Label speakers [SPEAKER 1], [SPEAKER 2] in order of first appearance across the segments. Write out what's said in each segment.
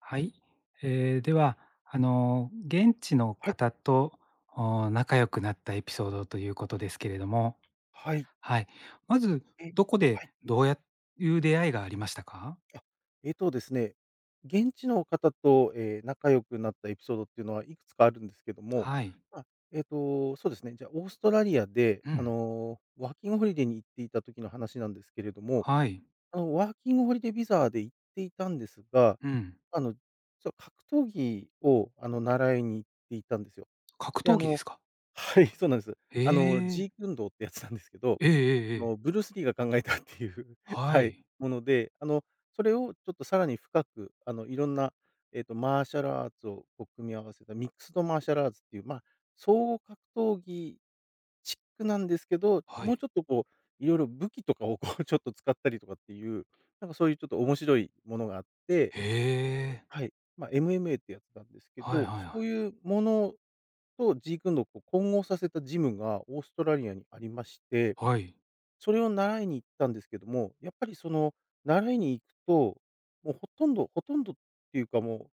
[SPEAKER 1] はい。では、現地の
[SPEAKER 2] はい、
[SPEAKER 1] 方と、仲良くなったエピソードということですけれども、
[SPEAKER 2] はい、
[SPEAKER 1] はい。まず、
[SPEAKER 2] え、
[SPEAKER 1] どこ
[SPEAKER 2] は
[SPEAKER 1] で
[SPEAKER 2] い、
[SPEAKER 1] どうやいう出会いがありましたか？
[SPEAKER 2] あ、ですね、現地の方と、仲良くなったエピソードっていうのはいくつかあるんですけども、
[SPEAKER 1] はい。
[SPEAKER 2] まあ、そうですね、じゃあ、オーストラリアで、
[SPEAKER 1] うん。
[SPEAKER 2] ワーキングホリデーに行っていた時の話なんですけれども、
[SPEAKER 1] はい。
[SPEAKER 2] ワーキングホリデービザで行っていたんですが、
[SPEAKER 1] うん。
[SPEAKER 2] あの、そう、格闘技を、習いに行っていたんですよ。
[SPEAKER 1] 格
[SPEAKER 2] で、
[SPEAKER 1] 闘技ですか？
[SPEAKER 2] はい、そうなんです。ジークンドーってやつなんですけど
[SPEAKER 1] ええええええ
[SPEAKER 2] の、ブルース・リーが考えたっていう
[SPEAKER 1] は
[SPEAKER 2] はい、
[SPEAKER 1] い。
[SPEAKER 2] もので、それをちょっとさらに深く、いろんな、マーシャルアーツをこう組み合わせたミックスドマーシャルアーツっていう、まあ、総合格闘技チックなんですけど、
[SPEAKER 1] は
[SPEAKER 2] もう
[SPEAKER 1] い。
[SPEAKER 2] ちょっとこう、いろいろ武器とかをこうちょっと使ったりとかっていう、なんかそういうちょっと面白いものがあって、
[SPEAKER 1] ええ。
[SPEAKER 2] はい、まあ、MMA ってやつなんですけ
[SPEAKER 1] はいはい
[SPEAKER 2] ど、
[SPEAKER 1] は
[SPEAKER 2] そう
[SPEAKER 1] い。
[SPEAKER 2] いうものとジークンドーをこう混合させたジムがオーストラリアにありまして
[SPEAKER 1] はい。
[SPEAKER 2] それを習いに行ったんですけども、やっぱりその、習いに行くと、もうほとんどっていうか、も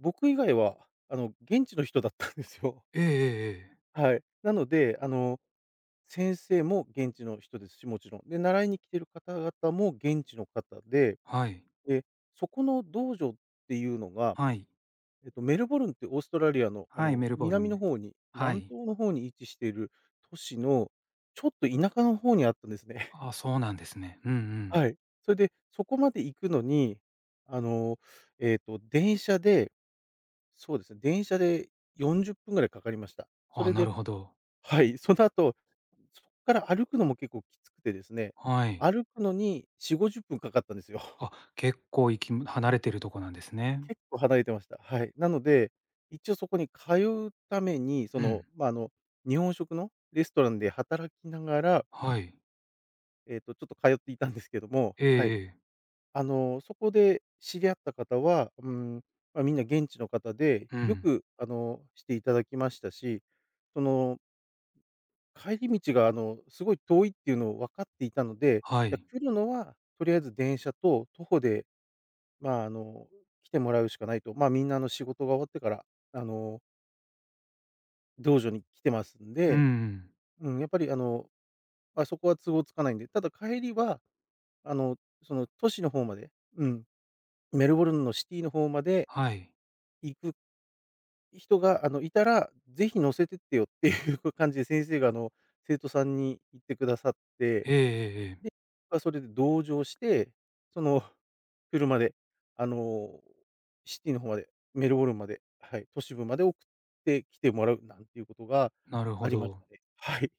[SPEAKER 2] う、僕以外は、現地の人だったんですよ。
[SPEAKER 1] ええええええ。
[SPEAKER 2] はい。なので、先生も現地の人ですし、もちろん。で、習いに来てる方々も現地の方で、
[SPEAKER 1] はい。
[SPEAKER 2] で、そこの道場っていうのが、
[SPEAKER 1] はい。
[SPEAKER 2] メルボルンってオーストラリアの、
[SPEAKER 1] はい、メルボルン
[SPEAKER 2] 南の
[SPEAKER 1] で。
[SPEAKER 2] 方に、
[SPEAKER 1] は
[SPEAKER 2] 南
[SPEAKER 1] い。
[SPEAKER 2] 東の方に位置している都市の、ちょっと田舎の方にあったんですね。
[SPEAKER 1] あ、そうなんですね。うんうん。
[SPEAKER 2] はい。それで、そこまで行くのに、あの、電車で、そうですね、電車で40分ぐらいかかりました。そ
[SPEAKER 1] あ、
[SPEAKER 2] れ
[SPEAKER 1] な
[SPEAKER 2] で
[SPEAKER 1] るほど。
[SPEAKER 2] はい、その後、そこから歩くのも結構きつくてですね、
[SPEAKER 1] はい。
[SPEAKER 2] 歩くのに4、50分かかったんですよ。
[SPEAKER 1] あ、結構行き離れてるとこなんですね。
[SPEAKER 2] 結構離れてました。はい。なので、一応そこに通うために、そ
[SPEAKER 1] う
[SPEAKER 2] の、
[SPEAKER 1] ん。
[SPEAKER 2] ま、日本食のレストランで働きながら、
[SPEAKER 1] はい。
[SPEAKER 2] ちょっと通っていたんですけども、
[SPEAKER 1] え
[SPEAKER 2] は
[SPEAKER 1] え
[SPEAKER 2] い。
[SPEAKER 1] ええ。
[SPEAKER 2] そこで知り合った方は、まあ、みんな現地の方で、
[SPEAKER 1] う
[SPEAKER 2] よ
[SPEAKER 1] ん。
[SPEAKER 2] く、していただきましたし、その、帰り道が、すごい遠いっていうのを分かっていたので、
[SPEAKER 1] は
[SPEAKER 2] じゃ、
[SPEAKER 1] い。
[SPEAKER 2] 来るのはとりあえず電車と徒歩で、まあ、来てもらうしかないと。まあ、みんな、仕事が終わってから、あの、道場に来てますん
[SPEAKER 1] うんう
[SPEAKER 2] で、
[SPEAKER 1] ん。
[SPEAKER 2] うん、やっぱり、ま、そこは都合つかないんで、ただ帰りは、あの、その、都市の方まで、うん、メルボルンのシティの方まで
[SPEAKER 1] はい。
[SPEAKER 2] 行く人が、いたら、ぜひ乗せてってよっていう 感じで先生が、生徒さんに言ってくださって、
[SPEAKER 1] ええええええ。
[SPEAKER 2] まあ、それで同乗して、その、車で、あの、シティの方まで、メルボルンまで、はい、都市部まで送ってきてもらうなんていうことが
[SPEAKER 1] なるほ
[SPEAKER 2] ありまし
[SPEAKER 1] ど。
[SPEAKER 2] たね。はい、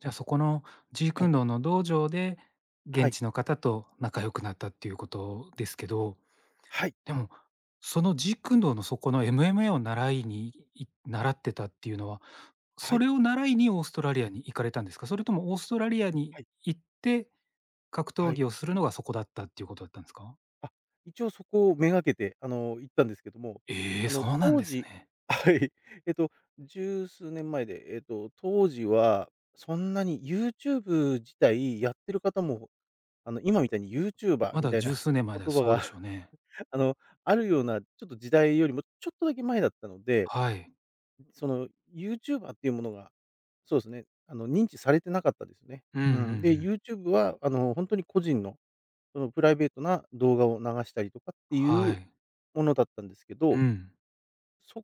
[SPEAKER 1] じゃあ、そこのジー
[SPEAKER 2] は
[SPEAKER 1] ク
[SPEAKER 2] い、
[SPEAKER 1] ンドーの道場で、
[SPEAKER 2] は
[SPEAKER 1] 現
[SPEAKER 2] い、
[SPEAKER 1] 地の方と仲良くなったっていうことですけど、
[SPEAKER 2] はい、
[SPEAKER 1] でも、そのジークンドーのそこの MMA を習いにい習ってたっていうのは、
[SPEAKER 2] は
[SPEAKER 1] そ
[SPEAKER 2] い、
[SPEAKER 1] れを習いにオーストラリアに行かれたんですか？それともオーストラリアに
[SPEAKER 2] はい、
[SPEAKER 1] 行って格
[SPEAKER 2] は
[SPEAKER 1] 闘
[SPEAKER 2] い。
[SPEAKER 1] 技をするのがそこだったっていうことだったんですか？
[SPEAKER 2] あ、一応そこをめがけて、行ったんですけども、
[SPEAKER 1] ええ、そうなん
[SPEAKER 2] 当
[SPEAKER 1] です
[SPEAKER 2] 時
[SPEAKER 1] ね。
[SPEAKER 2] はい。えっと、十数年前で、当時はそんなに YouTube 自体やってる方も、今みたいに YouTuber
[SPEAKER 1] ま
[SPEAKER 2] み
[SPEAKER 1] だ
[SPEAKER 2] たい
[SPEAKER 1] 十
[SPEAKER 2] な
[SPEAKER 1] 数年 前だ
[SPEAKER 2] 言葉
[SPEAKER 1] そう
[SPEAKER 2] が、
[SPEAKER 1] でしょうね。
[SPEAKER 2] あの、あるような、ちょっと時代よりもちょっとだけ前だったので、
[SPEAKER 1] はい。
[SPEAKER 2] その、YouTuber っていうものが、そうですね、認知されてなかったですね。
[SPEAKER 1] うんうんう
[SPEAKER 2] うん。で、
[SPEAKER 1] ん。
[SPEAKER 2] YouTube は、ほんとに個人の、その、プライベートな動画を流したりとかってい
[SPEAKER 1] は
[SPEAKER 2] う
[SPEAKER 1] い。
[SPEAKER 2] ものだったんですけ
[SPEAKER 1] う
[SPEAKER 2] ど、
[SPEAKER 1] ん。
[SPEAKER 2] そ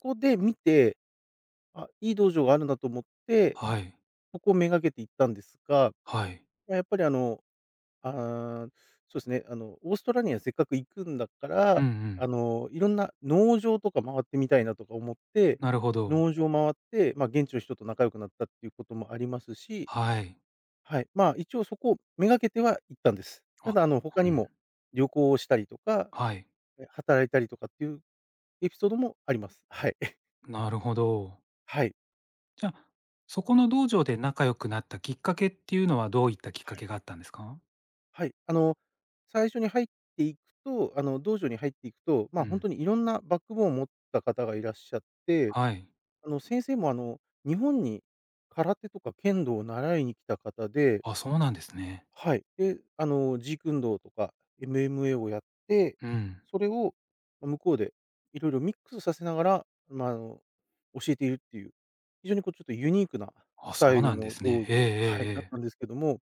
[SPEAKER 2] こで見て、あ、いい道場があるんだと思って、
[SPEAKER 1] はい。
[SPEAKER 2] そこをめがけて行ったんですが、
[SPEAKER 1] はい。
[SPEAKER 2] ま、やっぱりああ、そうですね、オーストラリアせっかく行くんだか
[SPEAKER 1] うんう
[SPEAKER 2] ら、
[SPEAKER 1] ん。
[SPEAKER 2] いろんな農場とか回ってみたいなとか思って、
[SPEAKER 1] なるほど。
[SPEAKER 2] 農場回って、ま、現地の人と仲良くなったっていうこともありますし、
[SPEAKER 1] はい。
[SPEAKER 2] はい、まあ、一応そこをめがけては行ったんです。た
[SPEAKER 1] あ、
[SPEAKER 2] だ他
[SPEAKER 1] うん。
[SPEAKER 2] にも旅行をしたりとか、
[SPEAKER 1] はい。
[SPEAKER 2] 働いたりとかっていうエピソードもあります。はい。
[SPEAKER 1] なるほど。
[SPEAKER 2] はい。
[SPEAKER 1] じゃあ、そこの道場で仲良くなったきっかけっていうのはどういったきっか
[SPEAKER 2] はい。
[SPEAKER 1] けがあったんですか？
[SPEAKER 2] はい、最初に入っていくと、道場に入っていくと、
[SPEAKER 1] う
[SPEAKER 2] まあ、本
[SPEAKER 1] ん。
[SPEAKER 2] 当にいろんなバックボーンを持った方がいらっしゃって、
[SPEAKER 1] はい。
[SPEAKER 2] 先生も、日本に空手とか剣道を習いに来た方で
[SPEAKER 1] あ、そうなんですね。
[SPEAKER 2] はい。で、ジークンドーとか MMA をやって、
[SPEAKER 1] うん。
[SPEAKER 2] それを、ま、向こうでいろいろミックスさせながら、まあ、教えているっていう、非常にこうちょっとユニークな
[SPEAKER 1] あ、
[SPEAKER 2] スタ
[SPEAKER 1] そう
[SPEAKER 2] イル
[SPEAKER 1] なんで
[SPEAKER 2] の
[SPEAKER 1] すね。
[SPEAKER 2] 道
[SPEAKER 1] ええええ
[SPEAKER 2] 場はい、だっ
[SPEAKER 1] ええ。
[SPEAKER 2] たんですけども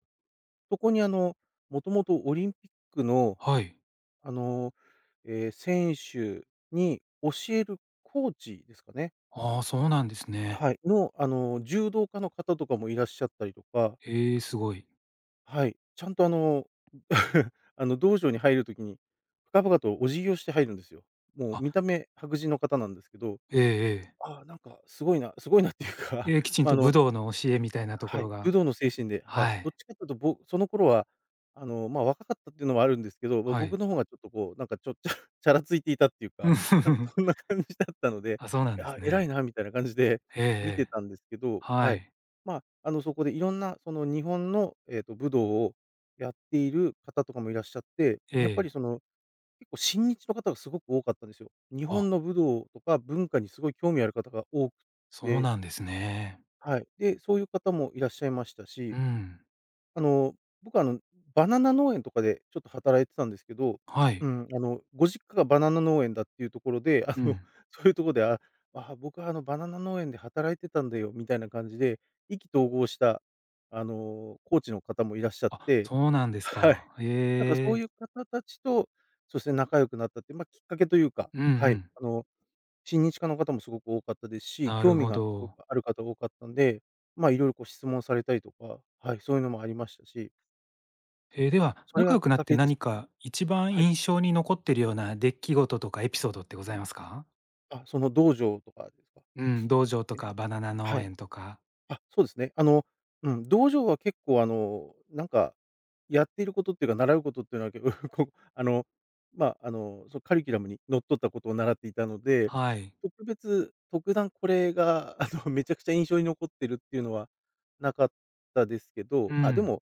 [SPEAKER 2] そこにもともとオリンピックの
[SPEAKER 1] はい。
[SPEAKER 2] あの、選手に教えるコーチですかね、
[SPEAKER 1] ああ、そうなんですね。
[SPEAKER 2] はい。の、柔道家の方とかもいらっしゃったりとか、
[SPEAKER 1] ええ、すごい。
[SPEAKER 2] はい、ちゃんと道場に入る時に、深々とお辞儀をして入るんですよ。もう見
[SPEAKER 1] あ、
[SPEAKER 2] た目白人の方なんですけど、
[SPEAKER 1] ええええ。
[SPEAKER 2] ああ、なんかすごいなすごいなっていうか、
[SPEAKER 1] ええ、き ちん
[SPEAKER 2] ま、
[SPEAKER 1] と武道の教えみたいなとこ
[SPEAKER 2] は
[SPEAKER 1] ろ
[SPEAKER 2] い、
[SPEAKER 1] が
[SPEAKER 2] 武道の精神で、はい。
[SPEAKER 1] は
[SPEAKER 2] どっ
[SPEAKER 1] い、
[SPEAKER 2] ちかというと、ぼその頃は、まあ、若かったっていうのもあるんですけど、ま
[SPEAKER 1] はい。
[SPEAKER 2] 僕の方がちょっとこう、なんかちょっ ちゃチャラついていたっていうか、なんかそんな 感じだったので、
[SPEAKER 1] あ、そうなんです
[SPEAKER 2] あ、偉
[SPEAKER 1] ね。
[SPEAKER 2] いなみたいな感じで
[SPEAKER 1] えええ
[SPEAKER 2] 見て
[SPEAKER 1] え。
[SPEAKER 2] たんですけど、
[SPEAKER 1] は
[SPEAKER 2] はい。
[SPEAKER 1] い。
[SPEAKER 2] まあ、そこでいろんなその日本の、武道をやっている方とかもいらっしゃって、
[SPEAKER 1] え
[SPEAKER 2] やっぱり
[SPEAKER 1] え。
[SPEAKER 2] その、結構親日の方がすごく多かったんですよ。日
[SPEAKER 1] あ、
[SPEAKER 2] 本の武道とか文化にすごい興味ある方が多く
[SPEAKER 1] そう
[SPEAKER 2] て、
[SPEAKER 1] なんですね。
[SPEAKER 2] はい。で、そういう方もいらっしゃいました
[SPEAKER 1] う
[SPEAKER 2] し
[SPEAKER 1] ん。
[SPEAKER 2] あの、僕はバナナ農園とかでちょっと働いてたんですけど、
[SPEAKER 1] はい。
[SPEAKER 2] うん、ご実家がバナナ農園だっていうところで、
[SPEAKER 1] うん。
[SPEAKER 2] そういうところで、ああ、僕はあのバナナ農園で働いてたんだよみたいな感じで、意気投合した、コーチの方もいらっしゃっ
[SPEAKER 1] あ、
[SPEAKER 2] て、
[SPEAKER 1] そうなんです
[SPEAKER 2] はい。
[SPEAKER 1] か。
[SPEAKER 2] なんかそ
[SPEAKER 1] え
[SPEAKER 2] ういう
[SPEAKER 1] え。
[SPEAKER 2] 方たちと、そして仲良くなったって、まあ、きっかけというか、
[SPEAKER 1] うんう
[SPEAKER 2] はい、
[SPEAKER 1] ん。
[SPEAKER 2] 親日家の方もすごく多かったですし、
[SPEAKER 1] な
[SPEAKER 2] 興
[SPEAKER 1] る
[SPEAKER 2] 味
[SPEAKER 1] ほ
[SPEAKER 2] がすごく
[SPEAKER 1] ど。
[SPEAKER 2] ある方多かったんで、まあ、いろいろこう質問されたりとか、はい、そういうのもありましたし
[SPEAKER 1] ええ、では、
[SPEAKER 2] それ
[SPEAKER 1] 仲
[SPEAKER 2] が
[SPEAKER 1] 良
[SPEAKER 2] きっ
[SPEAKER 1] くなっ
[SPEAKER 2] か
[SPEAKER 1] て
[SPEAKER 2] けで
[SPEAKER 1] 何
[SPEAKER 2] すね。
[SPEAKER 1] か一番
[SPEAKER 2] はい。
[SPEAKER 1] 印象に残ってるような出来事とかエピソードってございますか？
[SPEAKER 2] あ、その道場とかですか？
[SPEAKER 1] うん、道場と
[SPEAKER 2] え、
[SPEAKER 1] かバナナ
[SPEAKER 2] は
[SPEAKER 1] 農
[SPEAKER 2] い。
[SPEAKER 1] 園とか。
[SPEAKER 2] あ、そうですね。道場は結構やっていることっていうか、習うことっていうのは、結構 こうそのカリキュラムにのっとったことを習っていたので、
[SPEAKER 1] はい。
[SPEAKER 2] 特別、特段これがめちゃくちゃ印象に残ってるっていうのはなかったですけ
[SPEAKER 1] う
[SPEAKER 2] ど、あ、で
[SPEAKER 1] ん。
[SPEAKER 2] も、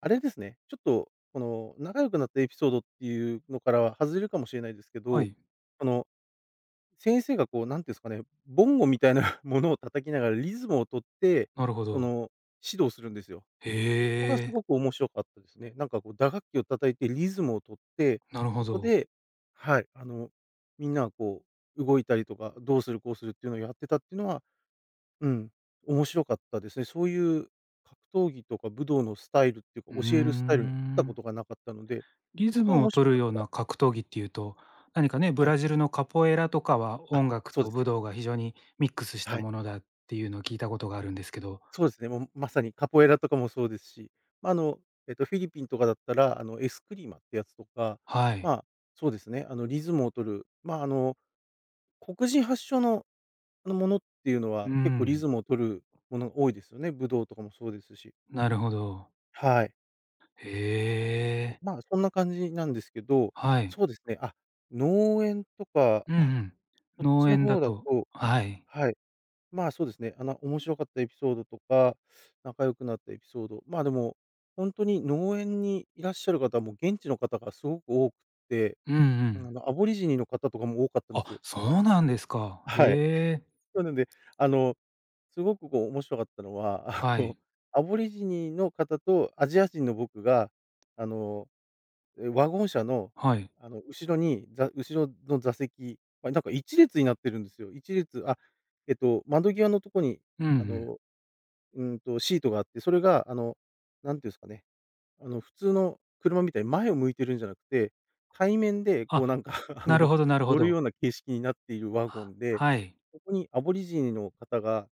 [SPEAKER 2] あれですね、ちょっとこの仲良くなったエピソードっていうのからは外れるかもしれないですけ
[SPEAKER 1] は
[SPEAKER 2] ど、
[SPEAKER 1] い。
[SPEAKER 2] あの先生がこう、なんていうんですかね、ボンゴみたいな ものを叩きながらリズムを取って、
[SPEAKER 1] なるほ
[SPEAKER 2] そ
[SPEAKER 1] ど。
[SPEAKER 2] の、指導するんですよ。そこが
[SPEAKER 1] へ
[SPEAKER 2] す
[SPEAKER 1] え、
[SPEAKER 2] ごく面白かったですね。なんかこう打楽器を叩いてリズムを取って、
[SPEAKER 1] なるほ
[SPEAKER 2] そこ
[SPEAKER 1] ど。
[SPEAKER 2] で、はい、あの、みんながこう動いたりとか、どうするこうするっていうのをやってたっていうのは、うん、面白かったですね。そういう格闘技とか武道のスタイルっていうか、
[SPEAKER 1] うー
[SPEAKER 2] 教えるスタイルに合ったこ
[SPEAKER 1] ん。
[SPEAKER 2] とがなかったので、
[SPEAKER 1] リ
[SPEAKER 2] そ
[SPEAKER 1] ズ
[SPEAKER 2] こは
[SPEAKER 1] ムを
[SPEAKER 2] 面白
[SPEAKER 1] 取る
[SPEAKER 2] かっ
[SPEAKER 1] よう
[SPEAKER 2] た。
[SPEAKER 1] な格闘技っていうと、何かね、ブ
[SPEAKER 2] はい。
[SPEAKER 1] ラジルのカポエラとかは
[SPEAKER 2] あ、
[SPEAKER 1] 音楽
[SPEAKER 2] そう
[SPEAKER 1] と
[SPEAKER 2] です
[SPEAKER 1] 武
[SPEAKER 2] ね。
[SPEAKER 1] 道が非常にミックスした
[SPEAKER 2] はい。
[SPEAKER 1] ものだっていうのを聞いたことがあるんですけど、
[SPEAKER 2] そうですね、もうまさにカポエラとかもそうですし、ま、ああの、フィリピンとかだったら、あの、エスクリマってやつとか、
[SPEAKER 1] は
[SPEAKER 2] ま
[SPEAKER 1] い。
[SPEAKER 2] あ、そうですね、あの、リズムを取る、まあ、あの、黒人発祥の、あの、ものっていうの
[SPEAKER 1] う
[SPEAKER 2] は結構リズ
[SPEAKER 1] ん、
[SPEAKER 2] ムを取るものが多いですよね。武道とかもそうですし。
[SPEAKER 1] なるほど。
[SPEAKER 2] はい。
[SPEAKER 1] へえ、
[SPEAKER 2] まあ、そんな感じなんですけど、
[SPEAKER 1] はい。
[SPEAKER 2] そうですね、あ、農園とか、
[SPEAKER 1] うんう
[SPEAKER 2] あ、
[SPEAKER 1] ん。
[SPEAKER 2] こっ
[SPEAKER 1] 農
[SPEAKER 2] ちの
[SPEAKER 1] 園だ
[SPEAKER 2] 方だ
[SPEAKER 1] と
[SPEAKER 2] と
[SPEAKER 1] はい。
[SPEAKER 2] はい。まあ、そうですね。あの、面白かったエピソードとか、仲良くなったエピソード、まあ、でも、本当に農園にいらっしゃる方も現地の方がすごく多くて、
[SPEAKER 1] うんう
[SPEAKER 2] あ
[SPEAKER 1] ん。
[SPEAKER 2] の、アボリジニの方とかも多かったんですよ。
[SPEAKER 1] あ、そうなんですか。
[SPEAKER 2] はい。
[SPEAKER 1] へえ、
[SPEAKER 2] なので、あの、すごくこう面白かったのは、あ
[SPEAKER 1] は
[SPEAKER 2] の、
[SPEAKER 1] い、
[SPEAKER 2] アボリジニの方とアジア人の僕が、あの、え、ワゴン車の、
[SPEAKER 1] はい。
[SPEAKER 2] あの、後ろに、後ろの座席、ま、なんか一列になってるんですよ。一列あ、えっと、窓際のとこに、
[SPEAKER 1] うんう
[SPEAKER 2] あ
[SPEAKER 1] ん。
[SPEAKER 2] のうんと、シートがあって、それがあの、なんていうんですかね、あの、普通の車みたいに前を向いてるんじゃなくて、対面でこ
[SPEAKER 1] あ、
[SPEAKER 2] うなんか あ
[SPEAKER 1] なる
[SPEAKER 2] の、
[SPEAKER 1] ほどなるほ
[SPEAKER 2] 乗る
[SPEAKER 1] ど。
[SPEAKER 2] ような形式になっているワゴ
[SPEAKER 1] は
[SPEAKER 2] ンで、
[SPEAKER 1] はい。
[SPEAKER 2] ここにアボリジニの方が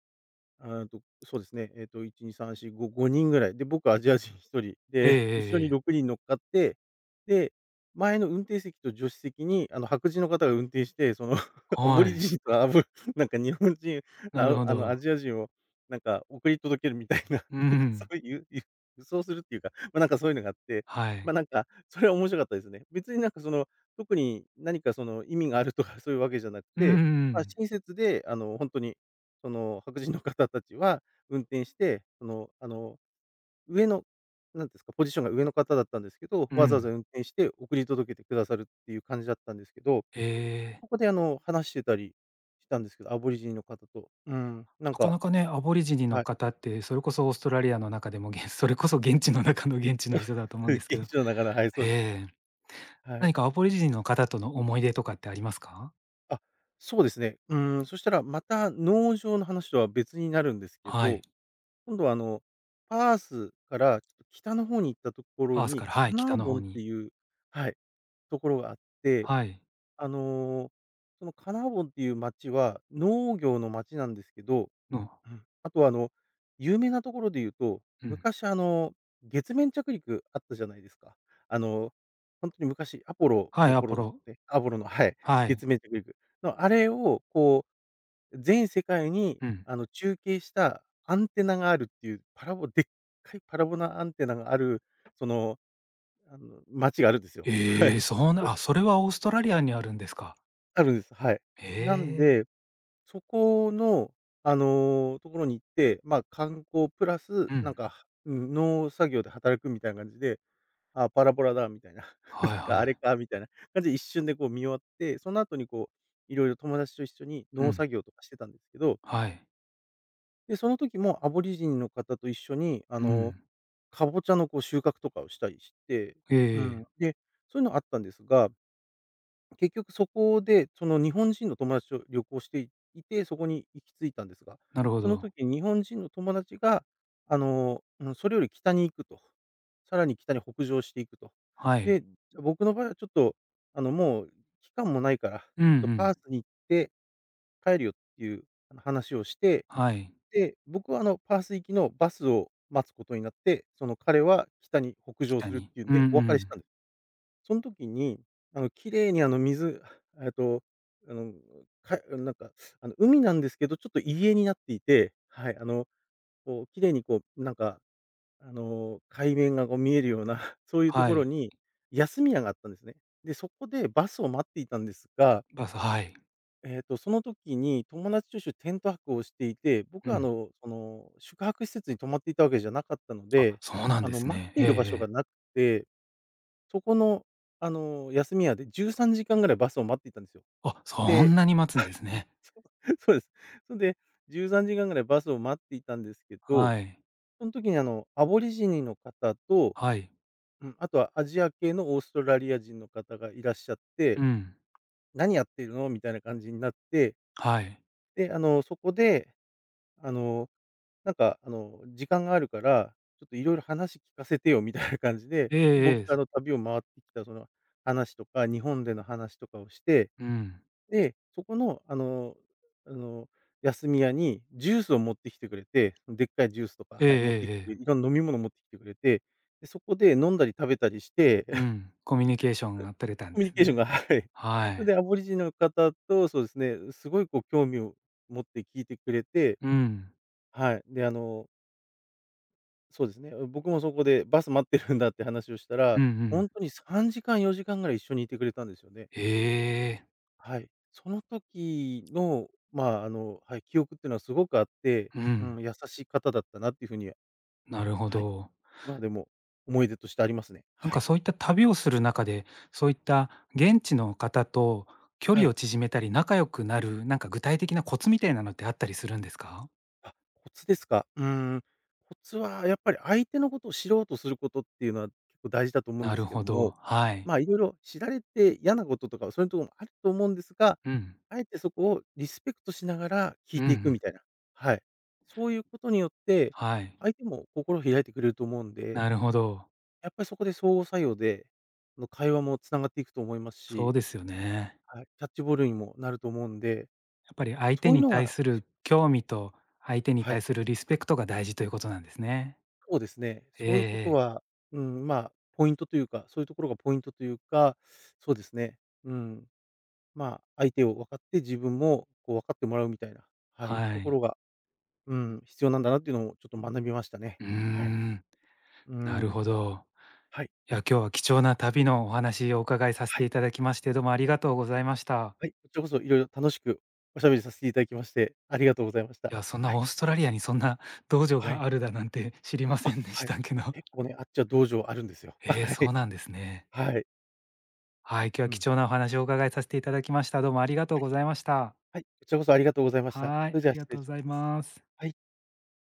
[SPEAKER 2] あーと、そうですね、えっと、1、2、3、4、5、5人ぐらい。で、僕アジア人1人。
[SPEAKER 1] ええ
[SPEAKER 2] で、後
[SPEAKER 1] え
[SPEAKER 2] ろ
[SPEAKER 1] ええ
[SPEAKER 2] に
[SPEAKER 1] え。
[SPEAKER 2] 6人乗っかって、で、前の運転席と助手席に、あの、白人の方が運転して、その アボ
[SPEAKER 1] は
[SPEAKER 2] リ
[SPEAKER 1] い。
[SPEAKER 2] ジニとアボ なんか日本人、
[SPEAKER 1] なるほ
[SPEAKER 2] ア
[SPEAKER 1] ど。
[SPEAKER 2] ジア人を、なんか送り届けるみたいな、
[SPEAKER 1] う
[SPEAKER 2] なんかそ
[SPEAKER 1] ん。
[SPEAKER 2] ういう、輸するっていうか、ま、なんかそういうのがあって、
[SPEAKER 1] はい。
[SPEAKER 2] ま、なんか、それは面白かったですね。別になんかその、特に何かその意味があるとかそういうわけじゃなく
[SPEAKER 1] うんうんう
[SPEAKER 2] て、まあ、
[SPEAKER 1] ん。
[SPEAKER 2] 親切で、あの、本当にその白人の方たちは運転して、その、あの、上の、なんていうんですか、ポジションが上の方だったんですけど、
[SPEAKER 1] う
[SPEAKER 2] わざわざ
[SPEAKER 1] ん。
[SPEAKER 2] 運転して送り届けてくださるっていう感じだったんですけど、
[SPEAKER 1] ええ。
[SPEAKER 2] ここで、あの、話してたりしたんですけど、アボリジニの方と。うん、なん
[SPEAKER 1] なかな
[SPEAKER 2] か
[SPEAKER 1] かね、アボリジニの
[SPEAKER 2] はい、
[SPEAKER 1] 方って、それこそオーストラリアの中でも、それこそ現地の中の現地の人だと思うんで すけど。
[SPEAKER 2] 現地の中ではい、そうです。
[SPEAKER 1] ええ。
[SPEAKER 2] はい。
[SPEAKER 1] 何かアボリジニの方との思い出とかってありますか？
[SPEAKER 2] あ、そうですね。うん、そしたらまた農場の話とは別になるんですけ
[SPEAKER 1] はい。
[SPEAKER 2] ど、今度は、あの、パースからちょっと北の方に行ったところ
[SPEAKER 1] パース
[SPEAKER 2] に、
[SPEAKER 1] から、は
[SPEAKER 2] カ
[SPEAKER 1] い、
[SPEAKER 2] ナ
[SPEAKER 1] 北
[SPEAKER 2] ー
[SPEAKER 1] の
[SPEAKER 2] ボン
[SPEAKER 1] 方
[SPEAKER 2] って
[SPEAKER 1] に。
[SPEAKER 2] いうはい。ところがあって、
[SPEAKER 1] はい。
[SPEAKER 2] あの、そのカナボンっていう町は農業の町なんですけど、
[SPEAKER 1] の
[SPEAKER 2] うん、あとはあの、有名なところで言うと、
[SPEAKER 1] うん。
[SPEAKER 2] 昔あの、月面着陸あったじゃないですか。あの、本当に昔アポロ
[SPEAKER 1] はい、
[SPEAKER 2] の
[SPEAKER 1] アポ
[SPEAKER 2] 頃です
[SPEAKER 1] ロ。
[SPEAKER 2] ね。アポロのはい、
[SPEAKER 1] はい。
[SPEAKER 2] 月面着陸のあれをこう、全世界に
[SPEAKER 1] うん。
[SPEAKER 2] あの、中継したアンテナがあるっていうパラボでっかいパラボナアンテナがある、その、あの、町があるんですよ。は
[SPEAKER 1] え
[SPEAKER 2] い。
[SPEAKER 1] え、そうなあ、それはオーストラリアにあるんですか。
[SPEAKER 2] あるんです。はい。なん
[SPEAKER 1] ええ。
[SPEAKER 2] で、そこの、あの、ところに行って、まあ、観光プラス、
[SPEAKER 1] う
[SPEAKER 2] なん
[SPEAKER 1] ん。
[SPEAKER 2] か、うん、農作業で働くみたいな感じで、あパラボラだみたいな、なん
[SPEAKER 1] はい
[SPEAKER 2] か
[SPEAKER 1] は
[SPEAKER 2] あれ
[SPEAKER 1] い。
[SPEAKER 2] かみたいな感じで一瞬でこう見終わって、その後にこう、いろいろ友達と一緒に
[SPEAKER 1] う
[SPEAKER 2] 農
[SPEAKER 1] ん。
[SPEAKER 2] 作業とかしてたんですけど、
[SPEAKER 1] はい。
[SPEAKER 2] で、その時もアボリジニの方と一緒に、あ
[SPEAKER 1] う
[SPEAKER 2] の、
[SPEAKER 1] ん。
[SPEAKER 2] かぼちゃのこう収穫とかをしたりして、
[SPEAKER 1] ええ
[SPEAKER 2] う
[SPEAKER 1] え
[SPEAKER 2] ん、
[SPEAKER 1] え。
[SPEAKER 2] で、そういうのあったんですが結局そこで、その日本人の友達と旅行していて、そこに行き着いたんですが、
[SPEAKER 1] なるほ
[SPEAKER 2] その
[SPEAKER 1] ど。
[SPEAKER 2] 時日本人の友達が、あの、うん、それより北に行くと。さらに北に北上していくと。
[SPEAKER 1] はい。
[SPEAKER 2] で、僕の場合はちょっと、あの、もう期間もないから、ち
[SPEAKER 1] うんう
[SPEAKER 2] ょっとパ
[SPEAKER 1] ん。
[SPEAKER 2] ースに行って帰るよっていう、あの、話をして、
[SPEAKER 1] はい。
[SPEAKER 2] で、僕はあの、パース行きのバスを待つことになって、その彼は北に北上
[SPEAKER 1] 北
[SPEAKER 2] するっ
[SPEAKER 1] に。
[SPEAKER 2] ていうん
[SPEAKER 1] うんう
[SPEAKER 2] で、お別れし
[SPEAKER 1] ん。
[SPEAKER 2] たんですその時に、あの、綺麗にあの、水えっと、あの、かなんか、あの、海なんですけど、ちょっと入り江になっていて、はい、あの、こう綺麗にこう、なんか、あの、海面がこう見えるような、そういうと
[SPEAKER 1] は
[SPEAKER 2] ころ
[SPEAKER 1] い。
[SPEAKER 2] に休み屋があったんですね。で、そこでバスを待っていたんですが、
[SPEAKER 1] バスはい。
[SPEAKER 2] えっと、その時に友達と一緒にテント泊をしていて、
[SPEAKER 1] う
[SPEAKER 2] 僕はあ
[SPEAKER 1] ん。
[SPEAKER 2] の、その、宿泊施設に泊まっていたわけじゃなかったの
[SPEAKER 1] あ、
[SPEAKER 2] で、
[SPEAKER 1] そうなん
[SPEAKER 2] あ
[SPEAKER 1] で
[SPEAKER 2] の、
[SPEAKER 1] す
[SPEAKER 2] 待っ
[SPEAKER 1] ね。
[SPEAKER 2] て
[SPEAKER 1] え
[SPEAKER 2] い
[SPEAKER 1] ええ
[SPEAKER 2] る場所が
[SPEAKER 1] え。
[SPEAKER 2] なくてそこの、あの、休み屋で13時間ぐらいバスを待っていたんですよ。
[SPEAKER 1] あ、そん
[SPEAKER 2] で
[SPEAKER 1] なに待つんですね。
[SPEAKER 2] そうです。それで、13時間ぐらいバスを待っていたんですけど、
[SPEAKER 1] はい。
[SPEAKER 2] その時に、あの、アボリジニの方と、
[SPEAKER 1] はい。
[SPEAKER 2] うん、あとはアジア系のオーストラリア人の方がいらっしゃって、
[SPEAKER 1] うん。
[SPEAKER 2] 「何やってるの？」みたいな感じになって、
[SPEAKER 1] はい。
[SPEAKER 2] で、あの、そこで、あの、なんか、あの、「時間があるから、ちょっといろいろ話聞かせてよ」みたいな感じで、
[SPEAKER 1] えええ
[SPEAKER 2] 僕
[SPEAKER 1] え、
[SPEAKER 2] が、あ
[SPEAKER 1] そ
[SPEAKER 2] の、旅を回ってきたその話とか、日本での話とかをして
[SPEAKER 1] うん。
[SPEAKER 2] で、そこの、あの、休み屋にジュースを持ってきてくれて、でっかいジュースとか、
[SPEAKER 1] ええ
[SPEAKER 2] はい、持ってき
[SPEAKER 1] ええ
[SPEAKER 2] てく
[SPEAKER 1] え
[SPEAKER 2] れ
[SPEAKER 1] え。
[SPEAKER 2] いろんな飲み物持ってきてくれて、で、そこで飲んだり食べたりして、
[SPEAKER 1] う ん。コミュニケーションが取れたん
[SPEAKER 2] コ
[SPEAKER 1] で
[SPEAKER 2] ミュニ
[SPEAKER 1] す
[SPEAKER 2] ケーション
[SPEAKER 1] ね。
[SPEAKER 2] が はい。
[SPEAKER 1] は
[SPEAKER 2] それ
[SPEAKER 1] い。
[SPEAKER 2] でアボリジニの方と、そうですね、すごいこう興味を持って聞いてくれて、
[SPEAKER 1] うん。
[SPEAKER 2] はい。で、あの、そうですね、僕もそこでバス待ってるんだって話をした
[SPEAKER 1] うん
[SPEAKER 2] ら、
[SPEAKER 1] う
[SPEAKER 2] ほん
[SPEAKER 1] ん。
[SPEAKER 2] とに3時間4時間ぐらい一緒にいてくれたんですよね。
[SPEAKER 1] ええ。
[SPEAKER 2] はい。その時の、まあ、あの、はい、記憶っていうのはすごくあって、
[SPEAKER 1] う
[SPEAKER 2] う
[SPEAKER 1] ん。
[SPEAKER 2] ん、優しい方だったなっていう風には、
[SPEAKER 1] なるほ
[SPEAKER 2] はい、
[SPEAKER 1] ど。
[SPEAKER 2] 今でも思い出としてありますね。
[SPEAKER 1] なん
[SPEAKER 2] は
[SPEAKER 1] か
[SPEAKER 2] い。
[SPEAKER 1] そういった旅をする中で、そういった現地の方と距
[SPEAKER 2] は
[SPEAKER 1] 離
[SPEAKER 2] い。
[SPEAKER 1] を縮めたり、仲良くなる、なんか具体的なコツみたいなのってあったりするんですか？
[SPEAKER 2] あ、コツですか。うーん、コツはやっぱり相手のことを知ろうとすることっていうのは結構大事だと思うん
[SPEAKER 1] な
[SPEAKER 2] で
[SPEAKER 1] る
[SPEAKER 2] すけ
[SPEAKER 1] ほ
[SPEAKER 2] ど
[SPEAKER 1] ど、
[SPEAKER 2] も、
[SPEAKER 1] はい。
[SPEAKER 2] まあ、いろいろ知られて嫌なこととか、そういうところもあると思うんですが、
[SPEAKER 1] うん。
[SPEAKER 2] あえてそこをリスペクトしながら聞
[SPEAKER 1] う
[SPEAKER 2] い
[SPEAKER 1] んう
[SPEAKER 2] ていく
[SPEAKER 1] ん。
[SPEAKER 2] みたいな。はい。そういうことによって、
[SPEAKER 1] はい。
[SPEAKER 2] 相手も心を開いてくれると思うんで
[SPEAKER 1] なるほど。
[SPEAKER 2] やっぱりそこで相互作用で、あの、会話もつながっていくと思います
[SPEAKER 1] そう
[SPEAKER 2] し、
[SPEAKER 1] ですよね。
[SPEAKER 2] はい、キャッチボールにもなると思うんで、
[SPEAKER 1] やっぱり相手
[SPEAKER 2] そういう
[SPEAKER 1] に
[SPEAKER 2] の
[SPEAKER 1] 対
[SPEAKER 2] は
[SPEAKER 1] する興味と、相手に
[SPEAKER 2] は
[SPEAKER 1] 対
[SPEAKER 2] い、
[SPEAKER 1] するリスペクトが大事ということなんですね。
[SPEAKER 2] そうですね。
[SPEAKER 1] ええ
[SPEAKER 2] そういうこと
[SPEAKER 1] ええ。
[SPEAKER 2] は、うん、まあ、ポイントというか、そういうところがポイントというか、そうですね。うん、まあ、相手を分かって自分もこう分かってもらうみたいな、はい、
[SPEAKER 1] は
[SPEAKER 2] とこ
[SPEAKER 1] い。
[SPEAKER 2] ろが、うん、必要なんだなっていうのをちょっと学びましたね。
[SPEAKER 1] うー
[SPEAKER 2] はい。
[SPEAKER 1] ん、
[SPEAKER 2] う
[SPEAKER 1] なる
[SPEAKER 2] ん。
[SPEAKER 1] ほど。
[SPEAKER 2] はい、
[SPEAKER 1] いや、今日は貴重な旅のお話をお伺いさせ
[SPEAKER 2] は
[SPEAKER 1] てい
[SPEAKER 2] い、
[SPEAKER 1] ただきまして、どうもありがとうございました。
[SPEAKER 2] はい、こちらこそいろいろ楽しくおしゃべりさせていただきまして、ありがとうございまし
[SPEAKER 1] い
[SPEAKER 2] た。
[SPEAKER 1] や、そんな
[SPEAKER 2] はい、
[SPEAKER 1] オーストラリアにそんな道場
[SPEAKER 2] は
[SPEAKER 1] が
[SPEAKER 2] い。
[SPEAKER 1] あるだなんて知りませ
[SPEAKER 2] あ、
[SPEAKER 1] んでし
[SPEAKER 2] はい。
[SPEAKER 1] たけど。
[SPEAKER 2] 結構ね、あっちは道場あるんですよ。
[SPEAKER 1] ええ、
[SPEAKER 2] は
[SPEAKER 1] そう
[SPEAKER 2] い。
[SPEAKER 1] なんですね。
[SPEAKER 2] はい。
[SPEAKER 1] はい、今日は
[SPEAKER 2] う
[SPEAKER 1] 貴
[SPEAKER 2] ん。
[SPEAKER 1] 重なお話をお伺いさせていただきました。どうもありがとうございました。
[SPEAKER 2] はい、こちらこそありがとうございました。
[SPEAKER 1] は
[SPEAKER 2] そ
[SPEAKER 1] い、
[SPEAKER 2] れ
[SPEAKER 1] あ
[SPEAKER 2] じゃあ
[SPEAKER 1] りが
[SPEAKER 2] 失
[SPEAKER 1] と
[SPEAKER 2] 礼
[SPEAKER 1] うご
[SPEAKER 2] しま
[SPEAKER 1] ざい
[SPEAKER 2] す。
[SPEAKER 1] ます。
[SPEAKER 2] はい。